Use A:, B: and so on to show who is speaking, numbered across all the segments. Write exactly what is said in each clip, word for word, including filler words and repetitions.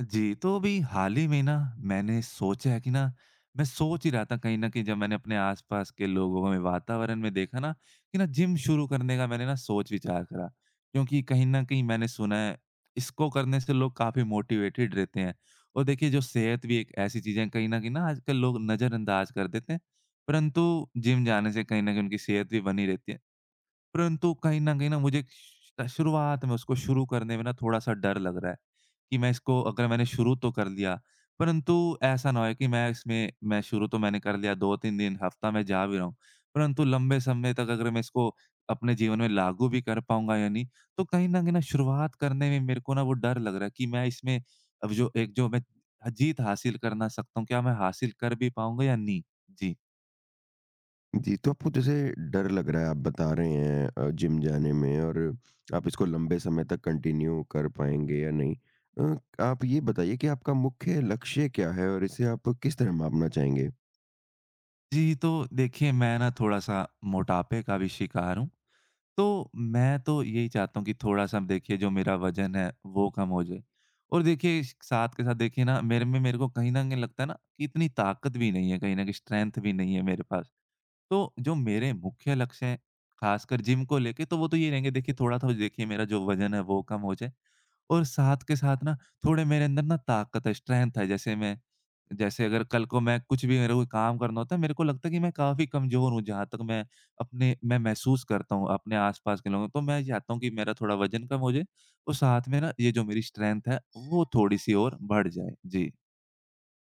A: जी, तो अभी हाल ही में ना मैंने सोचा है कि ना मैं सोच ही रहा था कहीं न कहीं जब मैंने अपने आस-पास के लोगों में वातावरण में देखा ना कि ना जिम शुरू करने का मैंने ना सोच-विचार करा। क्योंकि कहीं न कहीं मैंने सुना है इसको करने से लोग काफ़ी मोटिवेटेड रहते हैं। और देखिए जो सेहत भी एक ऐसी चीज़ है कहीं न कहीं ना आजकल लोग नज़रअंदाज कर देते हैं। परंतु जिम जाने से कहीं न कहीं उनकी सेहत भी बनी रहती है। परंतु कहीं न कहीं न मुझे एक श शुरुआत में उसको शुरू करने में ना थोड़ा-सा डर लग रहा है, कि मैं इसको अगर मैंने शुरू तो कर लिया, परंतु ऐसा ना होए कि मैं इसमें मैं शुरू तो मैंने कर लिया दो तीन दिन, हफ़्ता मैं जा भी रहा हूँ, परंतु लंबे समय तक अगर मैं इसको अपने जीवन में लागू भी कर पाऊँगा या नहीं, तो कहीं न कहीं न शुरुआत करने में मेरे को ना वो डर लग रहा है कि मैं इसमें अब जो एक जो मैं जीत हासिल करना सकता हूँ, क्या मैं हासिल कर भी पाऊँगा या नहीं? जी।
B: जी, तो आपको जैसे डर लग रहा है, आप बता रहे हैं अ, जिम जाने में और आप इसको लंबे समय तक कंटिन्यू कर पाएँगे या नहीं। अ, आप ये बताइए कि आपका मुख्य लक्ष्य क्या है और इसे आप किस तरह मापना चाहेंगे?
A: जी, तो देखिए मैं ना थोड़ा-सा मोटापे का भी शिकार हूँ। तो मैं तो यही चाहता हूँ कि थोड़ा-सा देखिए जो मेरा वज़न है वो कम हो जाए। और देखिए इस साथ के साथ देखिए ना मेरे में मेरे को कहीं न कहीं लगता है ना कि इतनी ताकत भी नहीं है, कहीं न कहीं स्ट्रेंथ भी नहीं है मेरे पास। तो जो मेरे मुख्य लक्ष्य हैं, ख़ासकर जिम को लेके तो वो तो ये रहेंगे देखिए थोड़ा-थोड़ा देखिए मेरा जो वज़न है वो कम हो जाए। और साथ के साथ ना थोड़े मेरे अंदर ना ताकत है, स्ट्रेंथ है। जैसे मैं जैसे अगर कल को मैं कुछ भी मेरे को काम करना होता है, मेरे को लगता है कि मैं काफ़ी कमज़ोर हूँ, जहाँ तक मैं अपने मैं महसूस करता हूँ अपने आस-पास के लोगों, तो मैं चाहता हूँ कि मेरा थोड़ा वज़न कम हो जाए और साथ में ना ये जो मेरी स्ट्रेंथ है, वो थोड़ी-सी और बढ़ जाए। जी।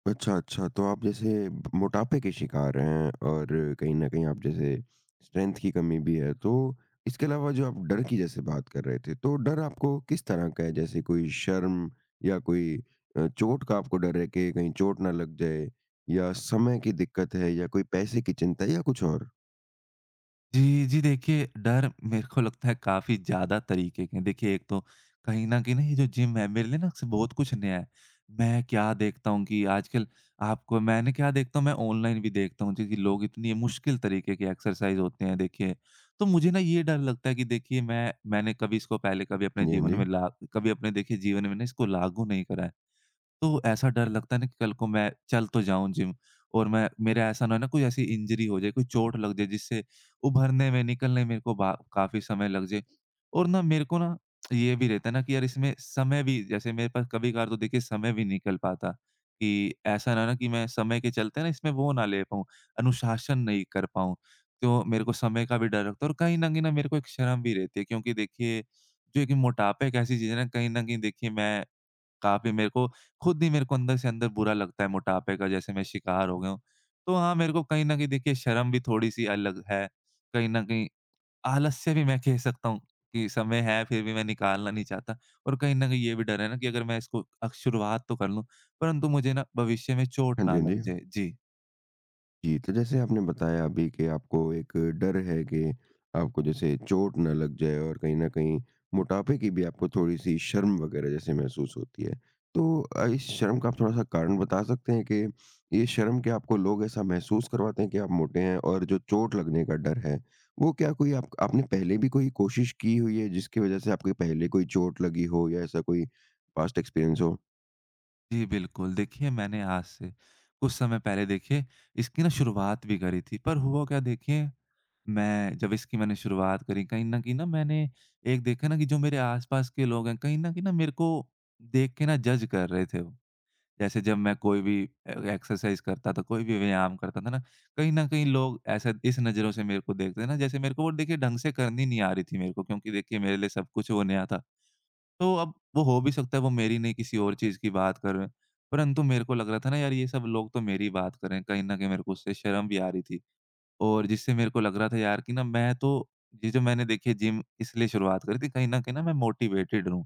B: अच्छा, अच्छा, तो आप जैसे ब मोटापे के शिकार हैं और कहीं न कहीं आप जैसे स्ट्रेंथ की कमी भी है, तो इसके अलावा जो आप डर की जैसे बात कर रहे थे, तो डर आपको किस तरह का है? जैसे कोई शर्म या कोई अ, चोट का आपको डर है कि कहीं चोट ना लग जाए, या समय की दिक्कत है, या कोई पैसे की चिंता, या कुछ और?
A: जी, जी। देखिए, डर मेरे को लगता है काफ़ी ज़्यादा तरीके के हैं। देखिए, एक तो कहीं न कहीं न ये जो जिम है मेरे लिए ना अक्सर बहुत कुछ नया है। मैं क्या देखता हूँ कि आजकल आपको मैंने क्या देखता हूँ मैं ऑनलाइन भी देखता हूँ क्योंकि लोग इतनी मुश्किल तरीके की एक्सरसाइज़ होते हैं देखिए। तो मुझे ना ये डर लगता है कि देखिए मैं मैंने कभी इसको पहले कभी अपने
B: हाँ जी, हाँ
A: जीवन
B: जी।
A: में ला कभी अपने देखिए जीवन में ना इसको लागू नहीं करा है। तो ऐसा डर लगता है ना कि कल को मैं चल तो जाऊँ जिम और मैं मेरा ऐसा ना हो ना कोई ऐसी इंजरी हो जाए, कोई चोट लग जाए जिससे उभरने में, निकलने मेरे को बा काफ़ी समय लग जाए। और ना मेरे को ना ये भी रहता है ना कि यार इसमें समय भी जैसे मेरे पास कभी-कभार तो देखिए समय भी नहीं निकल पाता कि ऐसा ना हो ना कि मैं समय के चलते ना इसमें वो ना ले पाऊँ, अनुशासन नहीं कर पाऊँ। तो मेरे को समय का भी डर लगता है और कहीं न कहीं ना मेरे को एक शर्म भी रहती है क्योंकि देखिए जो एक मोटापा एक ऐसी चीज़ है ना कहीं न कहीं देखिए मैं काफ़ी मेरे को खुद ही मेरे को अंदर से अंदर बुरा लगता है मोटापे का, जैसे मैं शिकार हो गया हूँ। तो हाँ, मेरे को कहीं न कहीं देखिए शर्म भी थोड़ी-सी अलग है, कहीं न कहीं आलस्य भी मैं कह सकता हूँ कि समय है फिर भी मैं निकालना नहीं चाहता और कहीं न कहीं ये भी डर है ना कि अगर मैं इसको अ, शुरुआत तो कर लूँ, परंतु मुझे ना भविष्य में चोट
B: हाँ
A: ना
B: जी, हाँ
A: लग
B: जी।
A: जाए। जी।
B: जी, तो जैसे आपने बताया अभी कि आपको एक डर है कि आपको जैसे चोट ना लग जाए और कहीं न कहीं मोटापे की भी आपको थोड़ी-सी शर्म वग़ैरह जैसे महसूस होती है। तो अ, इस शर्म का आप थोड़ा-सा कारण बता सकते हैं कि ये शर्म क्या आपको लोग ऐसा महसूस करवाते हैं कि आप मोटे हैं? और जो चोट लगने का डर है, वो क्या कोई आप आपने पहले भी कोई कोशिश की हुई है जिसकी वज़ह से आपको पहले कोई चोट लगी हो, या ऐसा कोई पास्ट एक्सपीरियंस हो?
A: जी, बिल्कुल। देखिए मैंने आज से कुछ समय पहले देखिए इसकी ना शुरुआत भी करी थी, पर हुआ क्या देखिए मैं जब इसकी मैंने शुरुआत करी कहीं न कहीं न मैंने एक देखा ना कि जो मेरे आस-पास के लोग हैं, कहीं न कहीं न मेरे को देख के ना जज कर रहे थे वो। जैसे जब मैं कोई भी ए एक्सरसाइज़ करता था, कोई भी व्यायाम करता था ना, कहीं न कहीं लोग ऐसा इस नज़रों से मेरे को देखते थे ना जैसे मेरे को वो देखिए ढंग से करनी नहीं आ रही थी मेरे को क्योंकि देखिए मेरे लिए सब कुछ वो नया था। तो अब वो हो भी सकता है वो मेरी नहीं, किसी और चीज़ की बात कर रहे हैं। परंतु मेरे को लग रहा था ना यार ये सब लोग तो मेरी बात कर रहे हैं, कहीं न कहीं मेरे को उससे शर्म भी आ रही थी। और जिससे मेरे को लग रहा था यार कि ना मैं तो ये जो मैंने देखिए जिम इसलिए शुरुआत करी थी कहीं न कहीं ना मैं मोटिवेटेड रहूँ।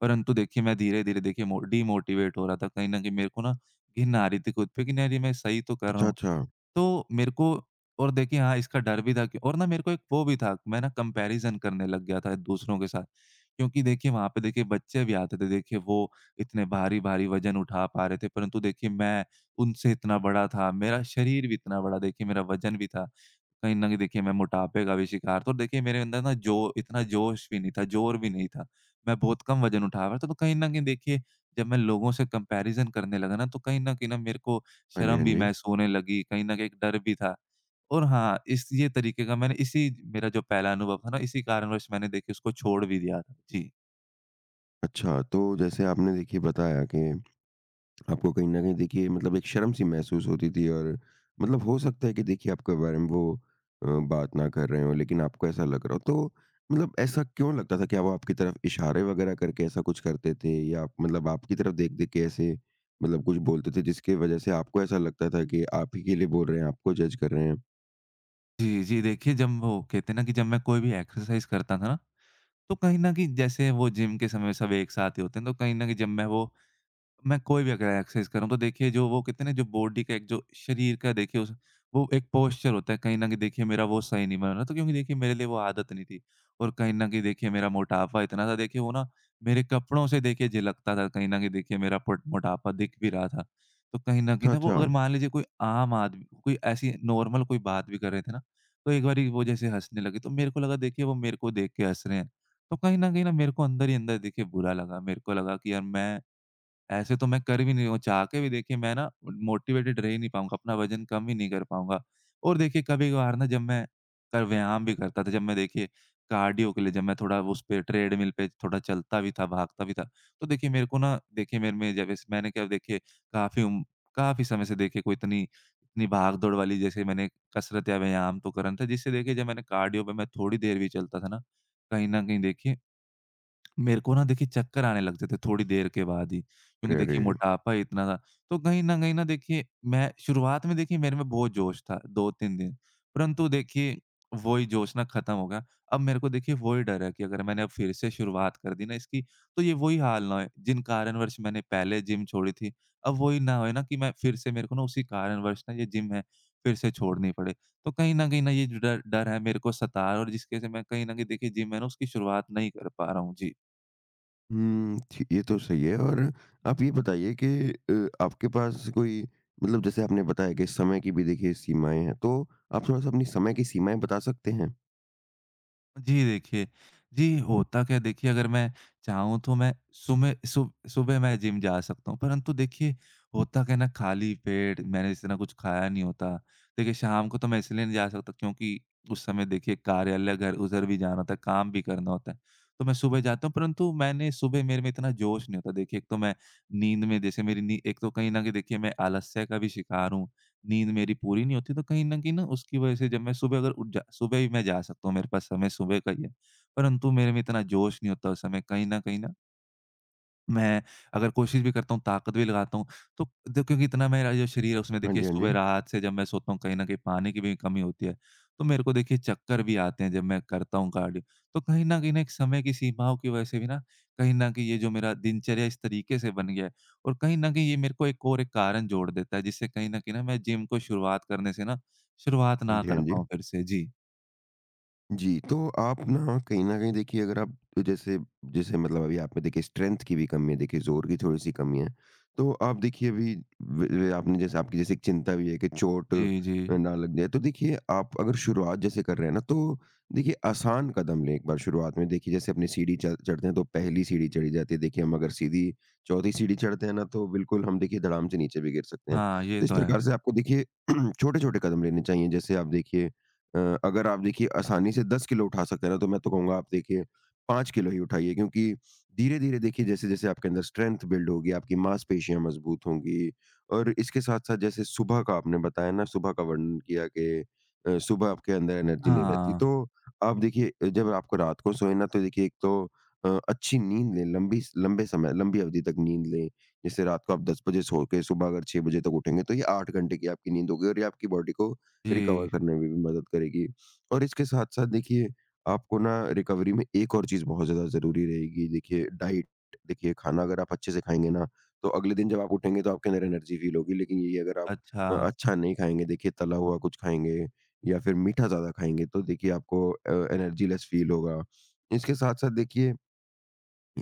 A: परंतु देखिए मैं धीरे-धीरे देखिए मो डिमोटिवेट हो रहा था। कहीं न कहीं मेरे को ना घिन आ रही थी खुद पे कि नहीं, नहीं मैं सही तो कर रहा
B: अच्छा,
A: हूँ।
B: अच्छा।
A: तो मेरे को और देखिए हाँ, इसका डर भी था कि और ना मेरे को एक वो भी था, मैं ना कंपैरिज़न करने लग गया था दूसरों के साथ। क्योंकि देखिए वहाँ पे देखिए बच्चे भी आते थे, देखिए वो इतने भारी-भारी वज़न उठा पा रहे थे, परंतु देखिए मैं उनसे इतना बड़ा था, मेरा शरीर भी इतना बड़ा देखिए मेरा वज़न भी था। कहीं न कहीं देखिए मैं मोटापे का भी शिकार था और देखिए मेरे अंदर ना जो इतना जोश भी नहीं था, ज़ोर भी नहीं था। मैं बहुत कम वज़न उठा रहा था, तो कहीं न कहीं देखिए जब मैं लोगों से कंपैरिज़न करने लगा ना तो कहीं न कहीं ना मेरे को
B: हाँ जी,
A: शर्म
B: हाँ
A: भी
B: जी।
A: महसूस होने लगी, कहीं न कहीं एक डर भी था। और हाँ, इस ये तरीके का मैंने इसी मेरा जो पहला अनुभव था ना इसी कारणवश मैंने देखिए उसको छोड़ भी दिया था। जी।
B: अच्छा, तो जैसे आपने देखिए बताया कि आपको कहीं न कहीं देखिए मतलब एक शर्म-सी महसूस होती थी, और मतलब हो सकता है कि देखिए आपके बारे में वो अ, बात ना कर रहे हों, लेकिन आपको ऐसा लग रहा हो। तो मतलब ऐसा क्यों लगता था? क्या वो आपकी तरफ इशारे वग़ैरह करके ऐसा कुछ करते थे, या आप मतलब आपकी तरफ देख-देख के ऐसे मतलब कुछ बोलते थे जिसकी वज़ह से आपको ऐसा लगता था कि आप ही के लिए बोल रहे हैं, आपको जज कर रहे हैं?
A: जी, जी देखिए जब वो कहते हैं ना कि जब मैं कोई भी एक्सरसाइज़ करता था ना, तो कहीं न कहीं जैसे वो जिम के समय सब एक साथ ही होते हैं, तो कहीं न कहीं जब मैं वो मैं कोई भी अगर एक्सरसाइज़ कर रहा हूँ तो देखिए जो वो कहते हैं ना जो बॉडी का एक जो शरीर का देखिए उस वो एक पोस्चर होता है कहीं न कहीं देखिए मेरा वो सही नहीं बना ना, तो क्योंकि देखिए मेरे लिए वो आदत नहीं थी। और कहीं न कहीं देखिए मेरा मोटापा इतना था देखिए वो ना मेरे कपड़ों से देखिए झलकता था, कहीं न कहीं देखिए मेरा पोट मोटापा दिख भी रहा था। तो कहीं न कहीं
B: अच्छा,
A: ना वो
B: अच्छा।
A: अगर मान लीजिए कोई आम आदमी कोई ऐसी नॉर्मल कोई बात भी कर रहे थे ना, तो एक बारी वो जैसे हँसने लगे तो मेरे को लगा देखिए वो मेरे को देख के हँस रहे हैं। तो कहीं न कहीं ना मेरे को अंदर ही अंदर देखिए बुरा लगा। मेरे को लगा कि यार मैं ऐसे तो मैं कर भी नहीं, वो चाह के भी देखिए मैं ना मोटिवेटेड रह ही नहीं पाऊँगा, अपना वज़न कम ही नहीं कर पाऊँगा। और देखिए कभी-कभार ना जब मैं क व्यायाम भी करता था, जब मैं देखिए कार्डियो के लिए जब मैं थोड़ा उस पे ट्रेडमिल पे थोड़ा चलता भी था, भागता भी था, तो देखिए मेरे को ना देखिए मेरे में जब इस मैंने क्या देखिए काफ़ी उम, काफ़ी समय से देखिए कोई इतनी इतनी भाग-दौड़ वाली जैसे मैंने कसरत या व्यायाम तो करा नहीं था, जिससे देखिए जब मैंने कार्डियो पे मैं थोड़ी देर भी चलता था ना, कहीं न कहीं देखिए मेरे को ना देखिए चक्कर आने लग जाते थोड़ी देर के बाद ही, क्योंकि
B: अरे,
A: देखिए
B: अरे!
A: मोटापा इतना था। तो कहीं न कहीं न देखिए मैं शुरुआत में देखिए मेरे में बहुत जोश था दो तीन दिन, परंतु देखिए वही जोश ना ख़त्म हो गया। अब मेरे को देखिए वही डर है कि अगर मैंने अब फिर से शुरुआत कर दी ना इसकी, तो ये वही हाल ना होए जिन कारणवश मैंने पहले जिम छोड़ी थी। अब वही ना होए ना कि मैं फिर से मेरे को ना उसी कारणवश ना ये जिम है, फिर से छोड़नी पड़े। तो कहीं न कहीं न ये जो डर डर है मेरे को सता रहा है और जिसकी वज़ह से मैं कहीं न कहीं देखिए जिम है ना उसकी शुरुआत नहीं कर पा रहा हूँ। जी।
B: हुँ, ठी ये तो सही है। और आप ये बताइए कि अ, आपके पास कोई मतलब, जैसे आपने बताया कि समय की भी देखिए सीमाएँ हैं, तो आप थोड़ा-सा अपनी समय की सीमाएँ बता सकते हैं?
A: जी देखिए, जी होता क्या है देखिए अगर मैं चाहूँ तो मैं सुबह सु सुबह मैं जिम जा सकता हूँ, परंतु देखिए होता क्या है ना खाली पेट मैंने इस तरह कुछ खाया नहीं होता। देखिए शाम को तो मैं इसलिए नहीं जा सकता क्योंकि उस समय देखिए कार्यालय घर उधर भी जाना होता है, काम भी करना होता है। तो मैं सुबह जाता हूँ परंतु मैंने सुबह मेरे में इतना जोश नहीं होता। देखिए एक तो मैं नींद में जैसे मेरी नी एक तो कहीं न कहीं देखिए मैं आलस्य का भी शिकार हूँ। नींद मेरी पूरी नहीं होती, तो कहीं न कहीं ना उसकी वज़ह से जब मैं सुबह अगर उठ जा सुबह भी मैं जा सकता हूँ, मेरे पास समय सुबह का ही है, परंतु मेरे में इतना जोश नहीं होता उस समय कहीं न कहीं ना मैं अगर कोशिश भी करता हूँ, ताकत भी लगाता हूँ, तो द क्योंकि इतना मेरा जो शरीर है उसमें
B: हाँ
A: देखिए
B: जी, हाँ
A: सुबह
B: जी।
A: रात से जब मैं सोता हूँ कहीं न कहीं पानी की भी कमी होती है। तो मेरे को देखिए चक्कर भी आते हैं जब मैं करता हूँ कार्डियो। तो कहीं न कहीं ना एक समय की सीमाओं की वजह से भी ना, कहीं न कहीं ये जो मेरा दिनचर्या इस तरीके से बन गया है और कहीं न कहीं ये मेरे को एक और एक कारण जोड़ देता है जिससे कहीं न कहीं ना मैं जिम को शुरुआत करने से ना, शुरुआत
B: हाँ
A: ना
B: जी, हाँ
A: कर
B: जी।
A: पाऊँ फिर से। जी।
B: जी, तो आप ना कहीं न कहीं देखिए, अगर आप जैसे जैसे मतलब अभी आप में देखिए स्ट्रेंथ की भी कमी है, देखिए ज़ोर की थोड़ी-सी कमी है। तो आप देखिए अभी व व आपने, जैसे आपकी जैसे एक चिंता भी है कि चोट
A: जी, जी।
B: अ, ना लग जाए। तो देखिए, आप अगर शुरुआत जैसे कर रहे हैं ना, तो देखिए आसान कदम लें एक बार शुरुआत में। देखिए जैसे अपनी सीढ़ी चढ़ चढ़ते हैं, तो पहली सीढ़ी चढ़ी जाती है। देखिए, हम अगर सीधी चौथी सीढ़ी चढ़ते हैं ना, तो बिल्कुल हम देखिए धड़ाम से नीचे भी गिर सकते हैं।
A: हाँ, ये
B: तो इस
A: तो
B: ठीक है।
A: है।
B: प्रकार से आपको देखिए छोटे-छोटे कदम लेने चाहिए। जैसे आप देखिए अ, अगर आप देखिए आसानी से दस किलो उठा सकते हैं ना, तो मैं तो कहूँगा आप देखिए पाँच किलो ही उठाइए, क्योंकि धीरे-धीरे देखिए जैसे-जैसे आपके अंदर स्ट्रेंथ बिल्ड होगी, आपकी मांसपेशियाँ मजबूत होंगी। और इसके साथ-साथ, जैसे सुबह का आपने बताया ना, सुबह का वर्णन किया कि अ, सुबह आपके अंदर एनर्जी नहीं रहती। तो
A: हाँ।
B: आप देखिए अ, जब आपको रात को सोए ना, तो देखिए एक तो अ, अच्छी नींद लें, लंबी स लंबे समय लंबी अवधि तक नींद लें। जैसे रात को आप दस बजे सो के सुबह अगर छह बजे तक उठेंगे, तो ये आठ घंटे की आपकी नींद होगी, और ये आपकी बॉडी को
A: जी।
B: रिकवर करने में भी मदद करेगी। और इसके साथ-साथ देखिए, आपको ना रिकवरी में एक और चीज़ बहुत ज़्यादा ज़रूरी रहेगी, देखिए डाइट। देखिए खाना अगर आप अच्छे से खाएँगे ना, तो अगले दिन जब आप उठेंगे, तो आपके अंदर एनर्जी फ़ील होगी। लेकिन यही अगर आप
A: अच्छा।
B: अ, अच्छा नहीं खाएँगे, देखिए तला हुआ कुछ खाएँगे या फिर मीठा ज़्यादा खाएँगे, तो देखिए आपको अ, एनर्जी लेस फ़ील होगा। इसके साथ-साथ देखिए,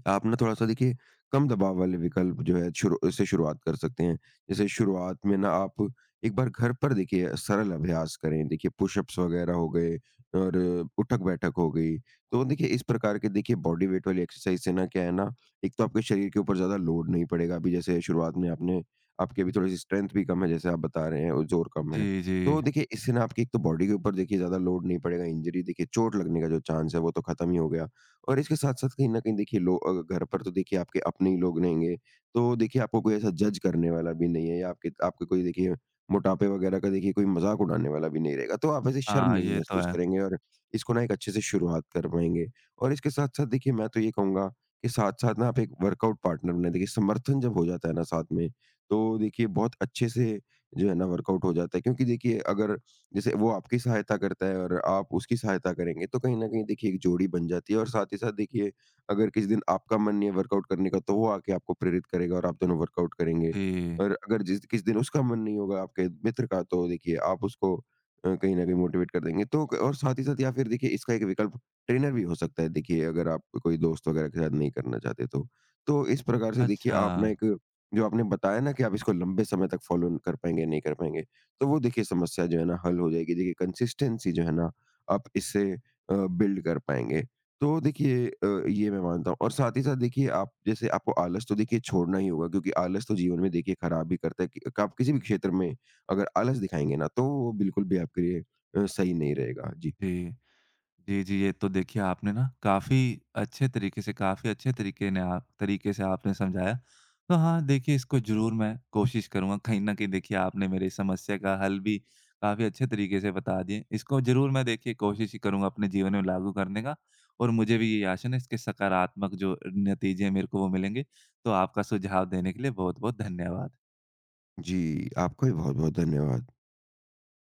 B: आप ना थोड़ा-सा देखिए कम दबाव वाले विकल्प जो है, शुरू से शुरुआत कर सकते हैं। जैसे शुरुआत में ना, आप एक बार घर पर देखिए सरल अभ्यास करें। देखिए पुशअप्स वगैरह हो गए, और उठक-बैठक हो गई। तो देखिए इस प्रकार के देखिए बॉडी वेट वाली एक्सरसाइज से ना, क्या है ना, एक तो आपके शरीर के ऊपर ज़्यादा लोड नहीं पड़ेगा। अभी जैसे शुरुआत में आपने आपकी अभी थोड़ी-सी स्ट्रेंथ भी कम है, जैसे आप बता रहे हैं, और ज़ोर कम है।
A: जी, जी।
B: तो देखिए इससे ना आपकी एक तो बॉडी के ऊपर देखिए ज़्यादा लोड नहीं पड़ेगा, इंजरी देखिए चोट लगने का जो चांस है, वो तो खत्म ही हो गया। और इसके साथ-साथ कहीं न कहीं देखिए लो अ, घर पर तो देखिए आपके अपने ही लोग रहेंगे, तो देखिए आपको कोई ऐसा जज करने वाला भी नहीं है, या आपके आपके कोई देखिए मोटापे वगैरह का देखिए कोई मज़ाक उड़ाने वाला भी नहीं रहेगा, तो आप ऐसे शर्म
A: हाँ,
B: नहीं
A: ये तो
B: महसूस
A: है।
B: करेंगे, और इसको ना एक अच्छे से शुरुआत कर पाएँगे। और इसके साथ-साथ देखिए, मैं तो ये कहूँगा कि साथ-साथ ना आप एक वर्कआउट पार्टनर बनाएँ। देखिए समर्थन जब हो जाता है ना साथ में, तो देखिए बहुत अच्छे से जो है ना वर्कआउट हो जाता है, क्योंकि देखिए, अगर जैसे वो आपकी सहायता करता है और आप उसकी सहायता करेंगे, तो कहीं न कहीं देखिए एक जोड़ी बन जाती है। और साथ ही साथ देखिए, अगर किसी दिन आपका मन नहीं है वर्कआउट करने का, तो वो आके आपको प्रेरित करेगा, और आप दोनों वर्कआउट करेंगे।
A: जी।
B: और अगर जिस किसी दिन उसका मन नहीं होगा आपके मित्र का, तो देखिए आप उसको अ, कहीं न कहीं मोटिवेट कर देंगे। तो क और साथ ही साथ, या फिर देखिए, इसका एक विकल्प ट्रेनर भी हो सकता है देखिए, अगर आप कोई दोस्त वगैरह के साथ नहीं करना चाहते तो। तो इस प्रकार से देखिए
A: अच्छा,
B: आप ना एक जो आपने बताया ना कि आप इसको लंबे समय तक फ़ॉलो कर पाएँगे या नहीं कर पाएँगे, तो वो देखिए समस्या जो है ना हल हो जाएगी। देखिए कंसिस्टेंसी जो है ना, आप इससे अ, बिल्ड कर पाएँगे। तो देखिए अ, ये मैं मानता हूँ। और साथ ही साथ देखिए, आप जैसे आपको आलस तो देखिए छोड़ना ही होगा, क्योंकि आलस तो जीवन में देखिए खराब ही करता है, कि आप किसी भी क्षेत्र में अगर आलस दिखाएँगे ना, तो वो बिल्कुल भी आपके लिए अ, सही नहीं रहेगा। जी।
A: जी। जी, जी, ये तो देखिए आपने ना काफ़ी अच्छे तरीके से काफ़ी अच्छे तरीके ने आप तरीके से आपने समझाया। तो हाँ, देखिए इसको ज़रूर मैं कोशिश करूँगा। कहीं न कहीं देखिए आपने मेरी समस्या का हल भी काफ़ी अच्छे तरीके से बता दिए। इसको ज़रूर मैं देखिए कोशिश ही करूँगा अपने जीवन में लागू करने का और मुझे भी ये आशा है इसके सकारात्मक जो नतीजे हैं मेरे को वो मिलेंगे। तो आपका सुझाव देने के लिए बहुत-बहुत धन्यवाद।
B: जी, आपका भी बहुत-बहुत धन्यवाद।